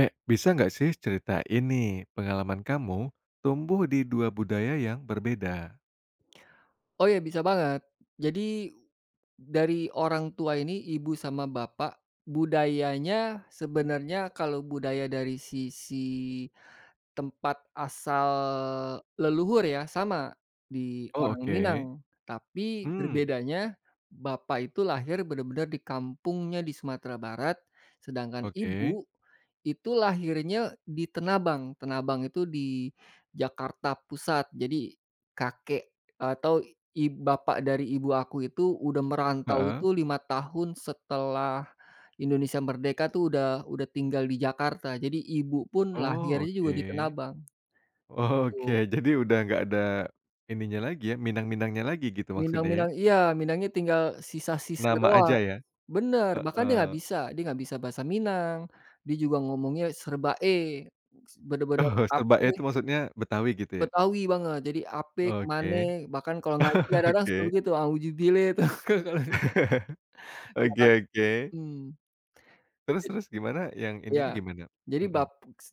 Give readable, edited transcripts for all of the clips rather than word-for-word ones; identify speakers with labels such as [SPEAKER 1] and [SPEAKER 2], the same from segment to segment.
[SPEAKER 1] Eh, bisa nggak sih cerita ini pengalaman kamu tumbuh di 2 budaya yang berbeda?
[SPEAKER 2] Oh ya bisa banget. Jadi dari orang tua ini ibu sama bapak budayanya sebenarnya, kalau budaya dari sisi tempat asal leluhur ya, sama di
[SPEAKER 1] Oh,
[SPEAKER 2] orang Minang,
[SPEAKER 1] oke.
[SPEAKER 2] tapi
[SPEAKER 1] Hmm.
[SPEAKER 2] berbedanya bapak itu lahir benar-benar di kampungnya di Sumatera Barat, sedangkan
[SPEAKER 1] Oke.
[SPEAKER 2] ibu itu lahirnya di Tenabang. Tenabang itu di Jakarta Pusat. Jadi kakek atau bapak dari ibu aku itu udah merantau
[SPEAKER 1] Heeh.
[SPEAKER 2] itu 5 tahun setelah Indonesia Merdeka tuh udah tinggal di Jakarta, jadi ibu pun
[SPEAKER 1] Oh,
[SPEAKER 2] lahirnya juga
[SPEAKER 1] oke.
[SPEAKER 2] di Tenabang,
[SPEAKER 1] Oh,
[SPEAKER 2] betul.
[SPEAKER 1] oke, jadi udah nggak ada ininya lagi ya, minang-minangnya lagi gitu maksudnya ya?
[SPEAKER 2] Minang-minang iya, Minangnya tinggal sisa-sisa
[SPEAKER 1] Nama aja
[SPEAKER 2] doang.
[SPEAKER 1] ya?
[SPEAKER 2] Bener, bahkan
[SPEAKER 1] Heeh.
[SPEAKER 2] dia nggak bisa bahasa Minang, dia juga ngomongnya serba "e",
[SPEAKER 1] Oh,
[SPEAKER 2] bener-bener
[SPEAKER 1] serba
[SPEAKER 2] ape.
[SPEAKER 1] itu maksudnya Betawi gitu ya?
[SPEAKER 2] Betawi banget, jadi ape, ke mane,
[SPEAKER 1] Oke.
[SPEAKER 2] bahkan kalau ngaji kadang-kadang suka
[SPEAKER 1] Oke.
[SPEAKER 2] begitu, auzubillah tuh. Nah
[SPEAKER 1] Oke,
[SPEAKER 2] kan.
[SPEAKER 1] oke.
[SPEAKER 2] Mhm.
[SPEAKER 1] Terus terus gimana yang
[SPEAKER 2] Iya,
[SPEAKER 1] ininya gimana?
[SPEAKER 2] jadi
[SPEAKER 1] Mhm.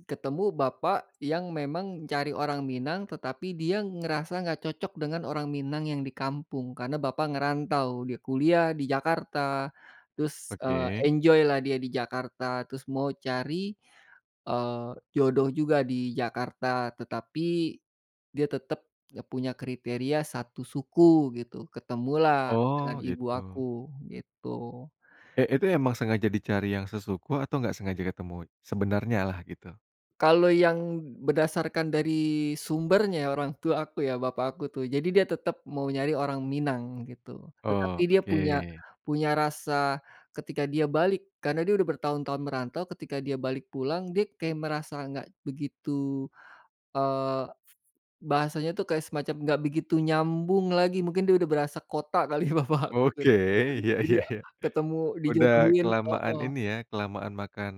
[SPEAKER 2] ketemu bapak yang memang cari orang Minang, tetapi dia ngerasa nggak cocok dengan orang Minang yang di kampung, karena bapak ngerantau, dia kuliah di Jakarta, terus,
[SPEAKER 1] Oke.
[SPEAKER 2] enjoy lah dia di Jakarta, terus mau cari, eee, jodoh juga di Jakarta, tetapi dia tetep ya punya kriteria satu suku gitu, ketemulah dengan
[SPEAKER 1] Oh,
[SPEAKER 2] ibu
[SPEAKER 1] gitu.
[SPEAKER 2] aku, gitu.
[SPEAKER 1] Eh, itu emang sengaja dicari yang sesuku atau nggak sengaja ketemu? Sebenarnya lah gitu?
[SPEAKER 2] Kalau yang berdasarkan dari sumbernya orang tua aku ya, bapak aku tuh, jadi dia tetap mau nyari orang Minang gitu. Tetapi
[SPEAKER 1] Oh,
[SPEAKER 2] dia
[SPEAKER 1] oke.
[SPEAKER 2] punya punya rasa ketika dia balik, karena dia udah bertahun-tahun merantau, ketika dia balik pulang, dia kayak merasa nggak begitu, eee, bahasanya tuh kayak semacam nggak begitu nyambung lagi, mungkin dia udah berasa kota kali ya, bapak aku
[SPEAKER 1] Oke,
[SPEAKER 2] gitu.
[SPEAKER 1] iya,
[SPEAKER 2] Jadi
[SPEAKER 1] iya,
[SPEAKER 2] ya
[SPEAKER 1] iya.
[SPEAKER 2] ketemu
[SPEAKER 1] Udah
[SPEAKER 2] dijodohin,
[SPEAKER 1] kelamaan
[SPEAKER 2] heeh,
[SPEAKER 1] ini ya, kelamaan makan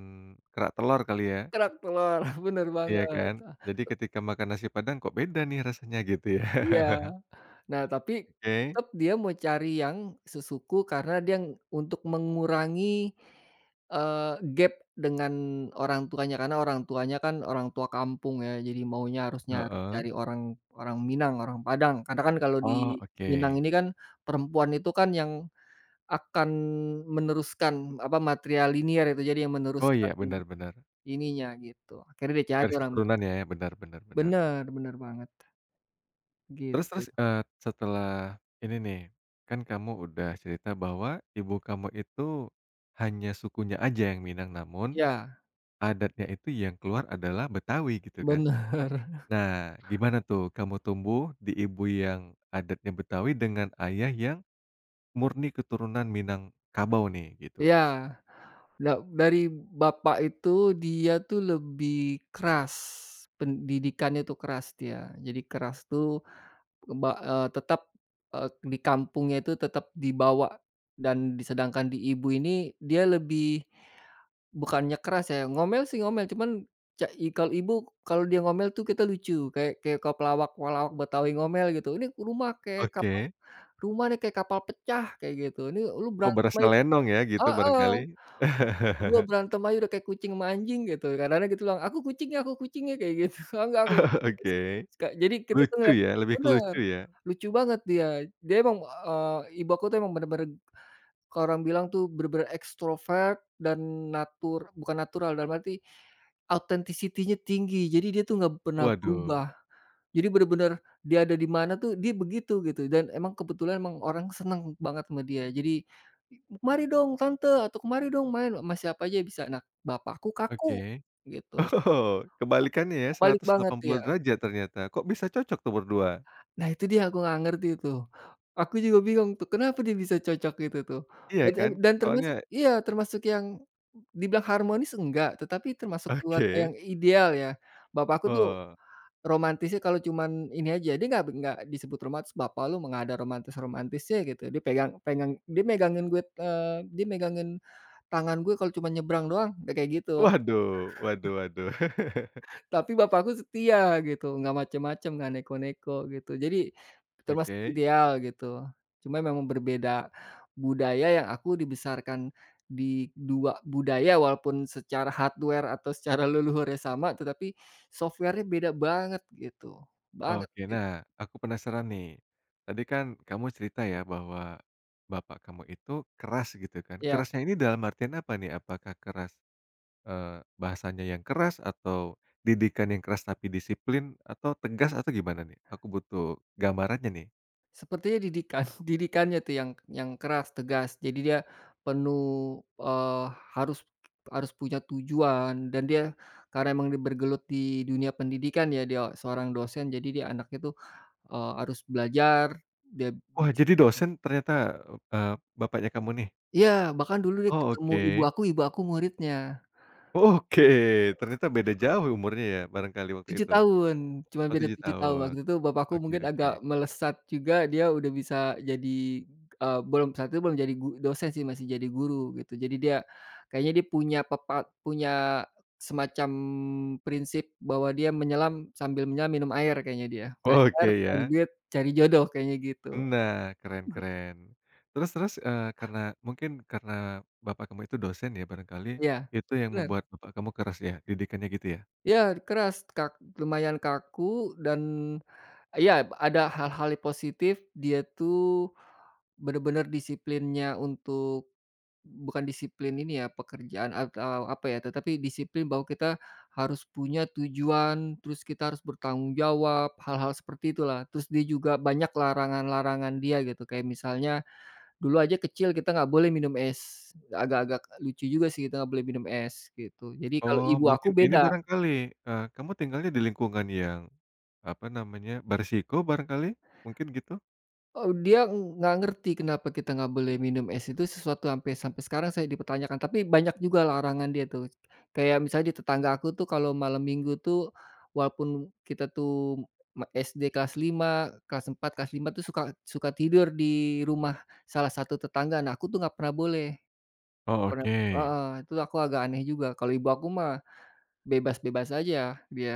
[SPEAKER 1] kerak telur kali ya?
[SPEAKER 2] kerak telur, bener
[SPEAKER 1] Iya
[SPEAKER 2] banget,
[SPEAKER 1] kan? Jadi ketika makan nasi Padang kok beda nih rasanya gitu ya?
[SPEAKER 2] iya. Nah, tapi
[SPEAKER 1] Oke,
[SPEAKER 2] tetap dia mau cari yang sesuku karena dia untuk mengurangi, eee, gap dengan orang tuanya, karena orang tuanya kan orang tua kampung ya, jadi maunya harusnya harus
[SPEAKER 1] heeh.
[SPEAKER 2] cari orang orang Minang, orang Padang. Karena kan kalau di
[SPEAKER 1] Oh, oke.
[SPEAKER 2] Minang ini kan perempuan itu kan yang akan meneruskan, apa, material matrilinear itu, jadi yang
[SPEAKER 1] Oh
[SPEAKER 2] meneruskan
[SPEAKER 1] iya, benar benar.
[SPEAKER 2] ininya gitu. Akhirnya dia cari
[SPEAKER 1] Garis
[SPEAKER 2] orang
[SPEAKER 1] keturunan ya, benar benar benar.
[SPEAKER 2] bener bener banget,
[SPEAKER 1] Terus
[SPEAKER 2] gitu.
[SPEAKER 1] terus, setelah ini nih, kan kamu udah cerita bahwa ibu kamu itu hanya sukunya aja yang Minang, namun
[SPEAKER 2] Ya,
[SPEAKER 1] adatnya itu yang keluar adalah Betawi gitu kan.
[SPEAKER 2] bener,
[SPEAKER 1] Nah, gimana tuh kamu tumbuh di ibu yang adatnya Betawi dengan ayah yang murni keturunan Minangkabau nih gitu?
[SPEAKER 2] ya. Dari bapak itu, dia tuh lebih keras, pendidikannya tuh keras dia. Jadi keras tuh tetap, eee, di kampungnya itu tetap dibawa. Dan disedangkan di ibu ini dia lebih bukannya keras ya, ngomel sih ngomel, cuman ca i kalau ibu, kalau dia ngomel tuh kita lucu, kayak kayak kalau pelawak-pelawak Betawi ngomel gitu, "Ini rumah kayak kapal,
[SPEAKER 1] Oke.
[SPEAKER 2] rumah nih kayak kapal pecah," kayak gitu, "Ini lu
[SPEAKER 1] Oh,
[SPEAKER 2] berantem
[SPEAKER 1] berasa
[SPEAKER 2] aja."
[SPEAKER 1] lenong ya gitu
[SPEAKER 2] Heeh.
[SPEAKER 1] barangkali?
[SPEAKER 2] Berdua berantem aja udah kayak kucing sama anjing gitu, kadang-kadang dia bilang, "Aku kucingnya, aku kucingnya," kayak gitu, "Oh enggak, aku kucingnya."
[SPEAKER 1] Oke.
[SPEAKER 2] Suka jadi kita tuh
[SPEAKER 1] Lucu
[SPEAKER 2] ngeliat
[SPEAKER 1] ya, lebih ke
[SPEAKER 2] bener,
[SPEAKER 1] lucu ya?
[SPEAKER 2] lucu banget dia. Dia emang, ibu aku tuh emang bener-bener, kalau orang bilang tuh bener-bener ekstrovert dan natur, bukan natural, dalam arti authenticity-nya tinggi, jadi dia tuh nggak pernah
[SPEAKER 1] Waduh,
[SPEAKER 2] berubah. Jadi bener-bener dia ada di mana tuh dia begitu gitu, dan emang kebetulan emang orang seneng banget sama dia. Jadi "kemari dong tante," atau "kemari dong main," sama siapa aja bisa. Nah, bapakku kaku,
[SPEAKER 1] oke.
[SPEAKER 2] gitu.
[SPEAKER 1] Oh,
[SPEAKER 2] Ka
[SPEAKER 1] kebalikannya ya
[SPEAKER 2] Kebalik
[SPEAKER 1] seratus
[SPEAKER 2] banget
[SPEAKER 1] delapan puluh
[SPEAKER 2] ya.
[SPEAKER 1] derajat ternyata. Kok bisa cocok tuh berdua?
[SPEAKER 2] Nah itu dia, aku nggak ngerti tuh. Aku juga bingung tuh kenapa dia bisa cocok gitu tuh.
[SPEAKER 1] Iya
[SPEAKER 2] Dan dan
[SPEAKER 1] kan?
[SPEAKER 2] dan
[SPEAKER 1] Soalnya
[SPEAKER 2] termasuk iya, termasuk yang dibilang harmonis enggak, tetapi termasuk keluarga yang
[SPEAKER 1] oke.
[SPEAKER 2] ideal ya. Bapakku tuh
[SPEAKER 1] Oh,
[SPEAKER 2] romantisnya kalau cuman ini aja, dia nggak disebut romantis. "Bapak lu mah nggak ada romantis-romantisnya," gitu. Dia pegang pegang dia megangin gue, dia megangin tangan gue kalau cuman nyebrang doang, nggak kayak gitu.
[SPEAKER 1] waduh, waduh, waduh.
[SPEAKER 2] Tapi bapakku setia gitu, nggak macem-macem, nggak neko-neko gitu. Jadi termasuk
[SPEAKER 1] Oke,
[SPEAKER 2] ideal gitu. Cuma memang berbeda budaya yang aku dibesarkan di 2 budaya, walaupun secara hardware atau secara leluhurnya sama, tetapi software-nya beda banget gitu, banget
[SPEAKER 1] oke.
[SPEAKER 2] gitu.
[SPEAKER 1] Nah, aku penasaran nih. Tadi kan kamu cerita ya bahwa bapak kamu itu keras gitu kan.
[SPEAKER 2] Iya.
[SPEAKER 1] Kerasnya ini dalam artian apa nih? Apakah keras, bahasanya yang keras atau didikan yang keras tapi disiplin atau tegas atau gimana nih? Aku butuh gambarannya nih.
[SPEAKER 2] Sepertinya didikan, didikannya tuh yang keras, tegas. Jadi dia penuh, eee, harus harus punya tujuan dan dia karena emang dia bergelut di dunia pendidikan ya, dia seorang dosen, jadi dia anaknya tuh, harus belajar, dia
[SPEAKER 1] Wah, jadi dosen ternyata, eee, bapaknya kamu nih?
[SPEAKER 2] iya, bahkan dulu dia
[SPEAKER 1] Oh,
[SPEAKER 2] ketemu
[SPEAKER 1] oke.
[SPEAKER 2] ibu aku muridnya.
[SPEAKER 1] Oke, ternyata beda jauh umurnya ya barangkali waktu
[SPEAKER 2] tujuh
[SPEAKER 1] itu?
[SPEAKER 2] tahun, cuman
[SPEAKER 1] Oh,
[SPEAKER 2] beda
[SPEAKER 1] 7
[SPEAKER 2] 7 tahun.
[SPEAKER 1] tahun.
[SPEAKER 2] Waktu itu bapakku
[SPEAKER 1] Oke,
[SPEAKER 2] mungkin
[SPEAKER 1] oke.
[SPEAKER 2] agak melesat juga, dia udah bisa jadi, belum, saat itu belum jadi dosen sih, masih jadi guru gitu. Jadi dia kayaknya dia punya punya semacam prinsip bahwa dia menyelam sambil menyelam minum air kayaknya dia. Ngajar,
[SPEAKER 1] Oke
[SPEAKER 2] cari
[SPEAKER 1] ya.
[SPEAKER 2] duit, cari jodoh kayaknya gitu.
[SPEAKER 1] Nah, keren keren. Terus terus, karena mungkin karena bapak kamu itu dosen ya barangkali,
[SPEAKER 2] Iya,
[SPEAKER 1] itu yang
[SPEAKER 2] bener.
[SPEAKER 1] membuat bapak kamu keras ya, didikannya gitu ya?
[SPEAKER 2] Iya, keras, lumayan kaku dan iya, ada hal-hal yang positif, dia tuh bener-bener disiplinnya untuk bukan disiplin ini ya, pekerjaan atau apa ya, tetapi disiplin bahwa kita harus punya tujuan, terus kita harus bertanggung jawab, hal-hal seperti itulah. Terus dia juga banyak larangan-larangan dia gitu, kayak misalnya dulu aja kecil kita nggak boleh minum es, agak-agak lucu juga sih kita nggak boleh minum es, gitu. Jadi kalau
[SPEAKER 1] Oh,
[SPEAKER 2] ibu aku
[SPEAKER 1] mungkin ini
[SPEAKER 2] beda.
[SPEAKER 1] barangkali, kamu tinggalnya di lingkungan yang, apa namanya, berisiko barangkali? Mungkin gitu?
[SPEAKER 2] Dia nggak ngerti kenapa kita nggak boleh minum es, itu sesuatu sampai sampai sekarang saya dipertanyakan, tapi banyak juga larangan dia tuh. Kayak misalnya di tetangga aku tuh kalau malam minggu tuh walaupun kita tuh SD kelas 5, kelas 4, kelas 5 tuh suka suka tidur di rumah salah satu tetangga. Nah, aku tuh nggak pernah boleh.
[SPEAKER 1] Oh,
[SPEAKER 2] Pernah,
[SPEAKER 1] oke.
[SPEAKER 2] heeh, itu aku agak aneh juga. Kalau ibu aku mah bebas-bebas aja dia.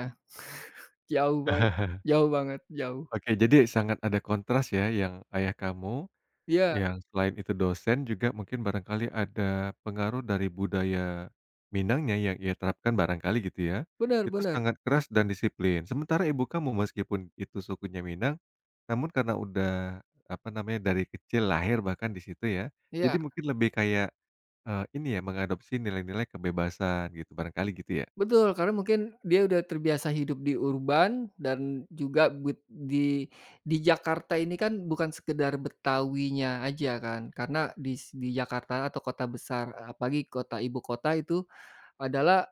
[SPEAKER 2] Jauh banget, jauh banget, jauh.
[SPEAKER 1] Oke, jadi sangat ada kontras ya yang ayah kamu,
[SPEAKER 2] Iya,
[SPEAKER 1] yang selain itu dosen juga mungkin barangkali ada pengaruh dari budaya Minangnya yang ia terapkan barangkali gitu ya.
[SPEAKER 2] benar
[SPEAKER 1] Itu
[SPEAKER 2] benar.
[SPEAKER 1] sangat keras dan disiplin. Sementara ibu kamu meskipun itu sukunya Minang, namun karena udah apa namanya dari kecil lahir bahkan di situ ya. Jadi
[SPEAKER 2] Iya.
[SPEAKER 1] mungkin lebih kayak, ini ya mengadopsi nilai-nilai kebebasan gitu barangkali gitu ya?
[SPEAKER 2] Betul, karena mungkin dia udah terbiasa hidup di urban dan juga bud di Jakarta ini kan bukan sekedar Betawinya aja kan, karena di Jakarta atau kota besar, apalagi kota ibu kota itu adalah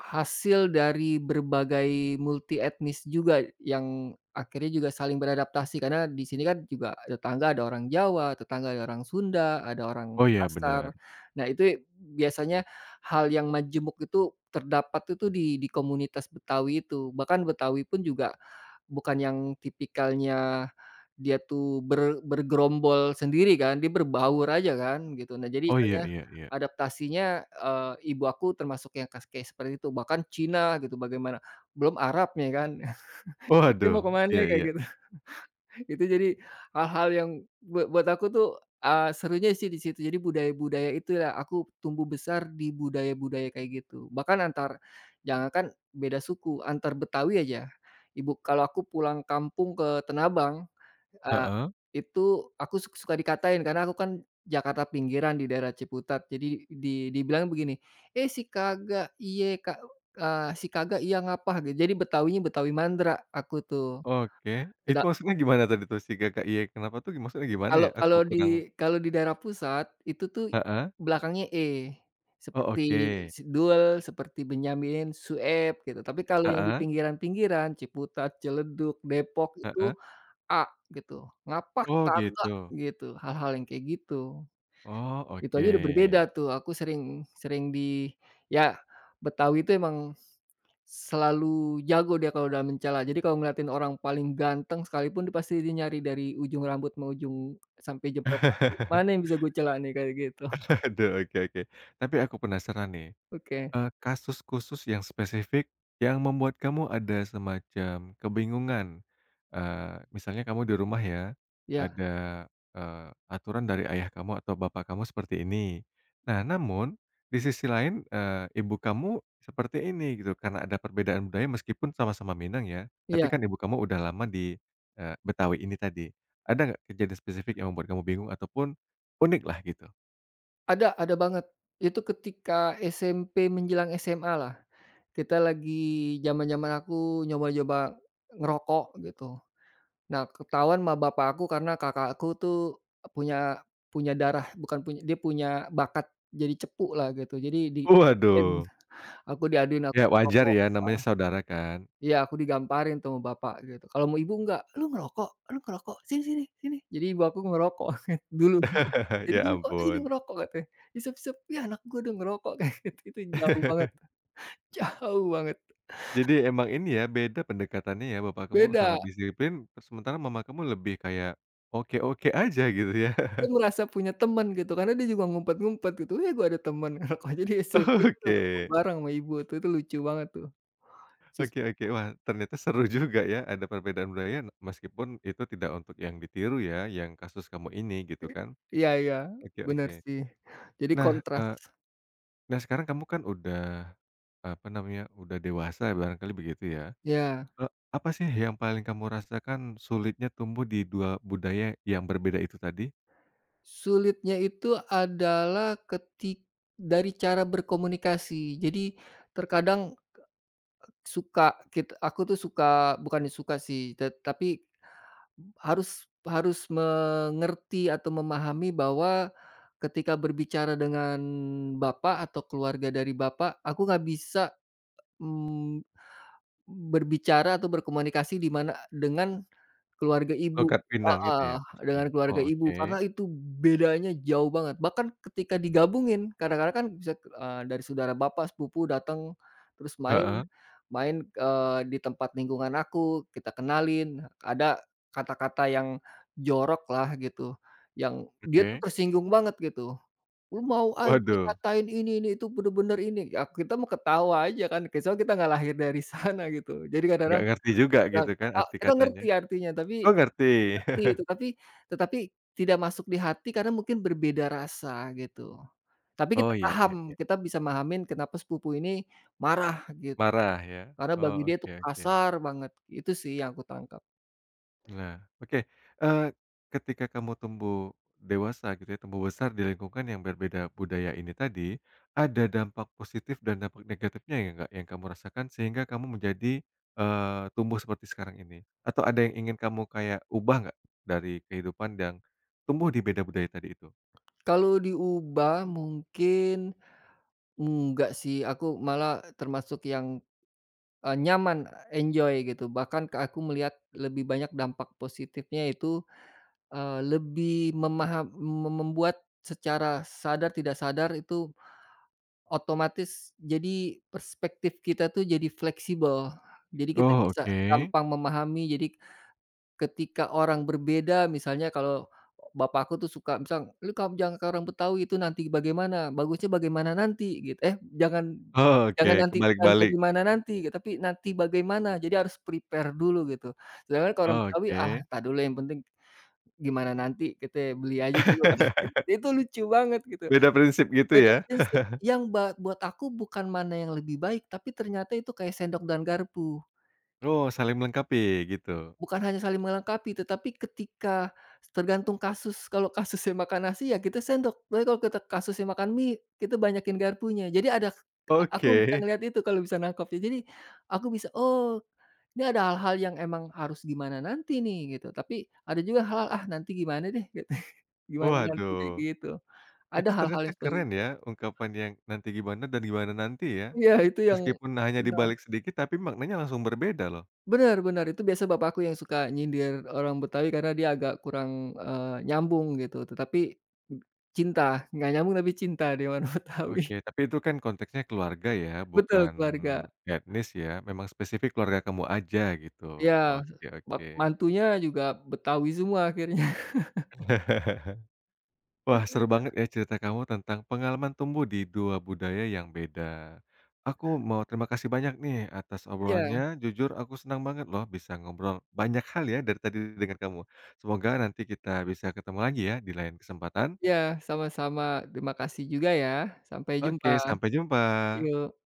[SPEAKER 2] hasil dari berbagai multi etnis juga yang akhirnya juga saling beradaptasi, karena di sini kan juga tetangga ada orang Jawa, tetangga ada orang Sunda, ada orang
[SPEAKER 1] Oh iya benar.
[SPEAKER 2] Makassar. Nah itu biasanya hal yang majemuk itu terdapat itu di komunitas Betawi itu. Bahkan Betawi pun juga bukan yang tipikalnya dia tuh bergerombol sendiri kan, dia berbaur aja kan gitu. Nah jadi
[SPEAKER 1] Oh, iya,
[SPEAKER 2] misalnya
[SPEAKER 1] iya, iya.
[SPEAKER 2] adaptasinya, ibu aku termasuk yang kayak seperti itu, bahkan Cina gitu bagaimana, belum Arabnya kan, itu
[SPEAKER 1] Waduh,
[SPEAKER 2] mau kemana
[SPEAKER 1] iya,
[SPEAKER 2] kayak
[SPEAKER 1] iya.
[SPEAKER 2] gitu. Itu jadi hal-hal yang buat aku tuh, serunya sih di situ. Jadi budaya-budaya itulah aku tumbuh besar di budaya-budaya kayak gitu. Bahkan antar, jangankan beda suku, antar Betawi aja, ibu kalau aku pulang kampung ke Tenabang, Eee,
[SPEAKER 1] Heeh.
[SPEAKER 2] itu aku suka dikatain karena aku kan Jakarta pinggiran di daerah Ciputat. Jadi di dibilang begini, "Eh, si kagak iye si kagak iya ngapah," gitu. Jadi Betawinya Betawi Mandra aku tuh.
[SPEAKER 1] Oke, itu
[SPEAKER 2] Seda
[SPEAKER 1] maksudnya gimana tadi tuh si Kakak, "Iya kenapa tuh" maksudnya gimana
[SPEAKER 2] Kalau
[SPEAKER 1] ya? Aku kurang
[SPEAKER 2] kalau di daerah pusat itu tuh
[SPEAKER 1] heeh,
[SPEAKER 2] belakangnya "e"
[SPEAKER 1] oh
[SPEAKER 2] seperti
[SPEAKER 1] oke,
[SPEAKER 2] si Doel, seperti Benyamin Sueb gitu. Tapi kalau yang di
[SPEAKER 1] heeh,
[SPEAKER 2] pinggiran-pinggiran Ciputat, Ciledug, Depok itu
[SPEAKER 1] heeh,
[SPEAKER 2] A gitu, ngapah
[SPEAKER 1] oh
[SPEAKER 2] kagak
[SPEAKER 1] gitu,
[SPEAKER 2] gitu, hal-hal yang kayak gitu.
[SPEAKER 1] oh
[SPEAKER 2] Itu aja udah berbeda
[SPEAKER 1] oke.
[SPEAKER 2] tuh, aku sering sering di ya, Betawi itu emang selalu jago dia kalau udah mencela. Jadi kalau ngeliatin orang paling ganteng sekalipun dia pasti dia nyari dari ujung rambut mau ujung sampai jempol kaki, "Mana yang bisa gue cela nih?" Kayak gitu.
[SPEAKER 1] Aduh, oke, oke. Tapi aku penasaran nih.
[SPEAKER 2] Oke,
[SPEAKER 1] Kasus khusus yang spesifik yang membuat kamu ada semacam kebingungan, misalnya kamu di rumah ya,
[SPEAKER 2] iya
[SPEAKER 1] ada, aturan dari ayah kamu atau bapak kamu seperti ini. Nah, namun di sisi lain, ibu kamu seperti ini gitu, karena ada perbedaan budaya meskipun sama-sama Minang ya, tapi
[SPEAKER 2] iya,
[SPEAKER 1] kan ibu kamu udah lama di, Betawi ini tadi. Ada nggak kejadian spesifik yang membuat kamu bingung ataupun unik lah gitu?
[SPEAKER 2] ada banget. Itu ketika SMP menjelang SMA lah, kita lagi zaman-zaman aku nyoba-nyoba ngerokok gitu. Nah, ketahuan sama bapak aku karena kakak aku tuh punya, punya darah bukan punya dia punya bakat jadi cepu lah gitu. Jadi
[SPEAKER 1] Waduh.
[SPEAKER 2] diaduin aku
[SPEAKER 1] Ya wajar
[SPEAKER 2] ngerokok,
[SPEAKER 1] ya namanya
[SPEAKER 2] heeh,
[SPEAKER 1] saudara kan.
[SPEAKER 2] iya aku digamparin tuh sama bapak gitu. Kalau mau ibu enggak, "Lu ngerokok, lu ngerokok, sini sini sini." Jadi ibu aku ngerokok dulu. Jadi
[SPEAKER 1] Ya
[SPEAKER 2] dia, "Kok sini
[SPEAKER 1] ampun.
[SPEAKER 2] ngerokok?" katanya, "Isep-isep, ih anak gue udah ngerokok," kayak gitu. Itu jauh banget, jauh banget,
[SPEAKER 1] Jadi emang ini ya, beda pendekatannya ya, bapak kamu
[SPEAKER 2] beda.
[SPEAKER 1] sangat disiplin, terus sementara mama kamu lebih kayak oke-oke aja gitu ya.
[SPEAKER 2] Dia merasa punya teman gitu, karena dia juga ngumpet-ngumpet gitu, "Eh, gue ada teman." Kalau jadi SMP itu udah ngerokok
[SPEAKER 1] Oke.
[SPEAKER 2] bareng sama ibu tuh, itu lucu banget tuh. Sus
[SPEAKER 1] Oke, oke. Wah, ternyata seru juga ya ada perbedaan budaya meskipun itu tidak untuk yang ditiru ya, yang kasus kamu ini gitu kan.
[SPEAKER 2] iya iya,
[SPEAKER 1] Oke,
[SPEAKER 2] bener
[SPEAKER 1] oke.
[SPEAKER 2] sih. Jadi
[SPEAKER 1] Nah,
[SPEAKER 2] kontras.
[SPEAKER 1] sekarang kamu kan udah, apa namanya, udah dewasa barangkali begitu ya.
[SPEAKER 2] Ya,
[SPEAKER 1] Apa sih yang paling kamu rasakan sulitnya tumbuh di 2 budaya yang berbeda itu tadi?
[SPEAKER 2] sulitnya itu adalah dari cara berkomunikasi. Jadi terkadang suka aku tuh suka, bukan suka sih, tapi harus, harus mengerti atau memahami bahwa ketika berbicara dengan bapak atau keluarga dari bapak, aku nggak bisa, mmm, berbicara atau berkomunikasi di mana dengan keluarga ibu,
[SPEAKER 1] Logat Pinang gitu
[SPEAKER 2] heeh,
[SPEAKER 1] ya maksudnya?
[SPEAKER 2] dengan
[SPEAKER 1] Oh
[SPEAKER 2] keluarga ibu,
[SPEAKER 1] oke,
[SPEAKER 2] karena itu bedanya jauh banget. Bahkan ketika digabungin, kadang-kadang kan bisa, dari saudara bapak, sepupu datang, terus main
[SPEAKER 1] heeh,
[SPEAKER 2] main, di tempat lingkungan aku, kita kenalin, ada kata-kata yang jorok lah gitu, yang dia tuh
[SPEAKER 1] oke.
[SPEAKER 2] tersinggung banget gitu, "Lu mau aja
[SPEAKER 1] Waduh,
[SPEAKER 2] dikatain ini, itu bener-bener ini," ya kita mah ketawa aja kan, soalnya kita nggak lahir dari sana gitu. Jadi
[SPEAKER 1] nggak
[SPEAKER 2] kadang-kadang
[SPEAKER 1] ngerti juga
[SPEAKER 2] yang
[SPEAKER 1] gitu kan
[SPEAKER 2] a
[SPEAKER 1] arti
[SPEAKER 2] kita
[SPEAKER 1] katanya?
[SPEAKER 2] ngerti artinya, tapi
[SPEAKER 1] Oh ngerti.
[SPEAKER 2] ngerti itu, tapi tetapi tidak masuk di hati karena mungkin berbeda rasa gitu. Tapi kita
[SPEAKER 1] Oh, iya,
[SPEAKER 2] paham,
[SPEAKER 1] iya, iya,
[SPEAKER 2] kita bisa mahamin kenapa sepupu ini marah gitu,
[SPEAKER 1] marah ya?
[SPEAKER 2] karena bagi
[SPEAKER 1] Oh,
[SPEAKER 2] dia itu
[SPEAKER 1] oke, oke.
[SPEAKER 2] kasar banget, itu sih yang aku tangkap.
[SPEAKER 1] Nah, oke, eee, ketika kamu tumbuh dewasa gitu ya, tumbuh besar di lingkungan yang berbeda budaya ini tadi, ada dampak positif dan dampak negatifnya ya nggak yang kamu rasakan sehingga kamu menjadi, tumbuh seperti sekarang ini? Atau ada yang ingin kamu kayak ubah nggak dari kehidupan yang tumbuh di beda budaya tadi itu?
[SPEAKER 2] Kalau diubah mungkin enggak sih, aku malah termasuk yang, nyaman, enjoy gitu, bahkan aku melihat lebih banyak dampak positifnya itu, lebih memaham me membuat secara sadar tidak sadar itu otomatis jadi perspektif kita tuh jadi fleksibel. Jadi kita
[SPEAKER 1] Oh
[SPEAKER 2] bisa
[SPEAKER 1] oke.
[SPEAKER 2] gampang memahami, jadi ketika orang berbeda, misalnya kalau bapakku tuh suka misal, "Lu, kamu jangan kayak orang Betawi itu nanti bagaimana, bagusnya bagaimana nanti," gitu. Eh, jangan
[SPEAKER 1] Oh oke,
[SPEAKER 2] jangan nanti jangan
[SPEAKER 1] kebalik-balik.
[SPEAKER 2] bagaimana nanti gitu, tapi nanti bagaimana. Jadi harus prepare dulu gitu. Sedangkan kalau orang
[SPEAKER 1] Oh,
[SPEAKER 2] Betawi, "Ah,
[SPEAKER 1] oke.
[SPEAKER 2] entar dulu, yang penting gimana nanti, kita beli aja dulu," kan. Itu lucu banget gitu.
[SPEAKER 1] Beda prinsip gitu
[SPEAKER 2] Beda
[SPEAKER 1] ya?
[SPEAKER 2] prinsip, yang buat aku bukan mana yang lebih baik, tapi ternyata itu kayak sendok dan garpu.
[SPEAKER 1] Oh saling melengkapi gitu?
[SPEAKER 2] Bukan hanya saling melengkapi, tetapi ketika tergantung kasus, kalau kasusnya makan nasi ya kita sendok, tapi kalau kita kasusnya makan mie, kita banyakin garpunya. Jadi ada aku bisa
[SPEAKER 1] Oke.
[SPEAKER 2] ngelihat itu kalau bisa nangkepnya. Jadi aku bisa, "Oh, ini ada hal-hal yang emang harus gimana nanti nih," gitu. Tapi ada juga hal-hal, "Ah, nanti gimana deh," gitu. "Gimana nanti deh,"
[SPEAKER 1] Waduh.
[SPEAKER 2] gitu. Ada
[SPEAKER 1] Itu
[SPEAKER 2] hal-hal
[SPEAKER 1] ternyata
[SPEAKER 2] yang seperti
[SPEAKER 1] keren
[SPEAKER 2] itu.
[SPEAKER 1] ya, ungkapan yang nanti gimana dan gimana nanti ya.
[SPEAKER 2] Iya, itu yang
[SPEAKER 1] Meskipun hanya
[SPEAKER 2] benar.
[SPEAKER 1] dibalik sedikit tapi maknanya langsung berbeda loh.
[SPEAKER 2] Bener bener, itu biasa bapakku yang suka nyindir orang Betawi karena dia agak kurang, nyambung gitu, tetapi cinta, nggak nyambung tapi cinta dia sama orang Betawi.
[SPEAKER 1] Oke, tapi itu kan konteksnya keluarga ya,
[SPEAKER 2] Betul,
[SPEAKER 1] bukan
[SPEAKER 2] keluarga,
[SPEAKER 1] etnis ya, memang spesifik keluarga kamu aja gitu.
[SPEAKER 2] iya,
[SPEAKER 1] Oke, oke.
[SPEAKER 2] mantunya juga Betawi semua akhirnya.
[SPEAKER 1] Wah, seru banget ya cerita kamu tentang pengalaman tumbuh di 2 budaya yang beda. Aku mau terima kasih banyak nih atas
[SPEAKER 2] Iya
[SPEAKER 1] obrolannya, jujur aku senang banget loh bisa ngobrol banyak hal ya dari tadi dengan kamu. Semoga nanti kita bisa ketemu lagi ya di lain kesempatan.
[SPEAKER 2] iya, sama-sama, terima kasih juga ya, sampai jumpa,
[SPEAKER 1] Oke, sampai jumpa.
[SPEAKER 2] yuk.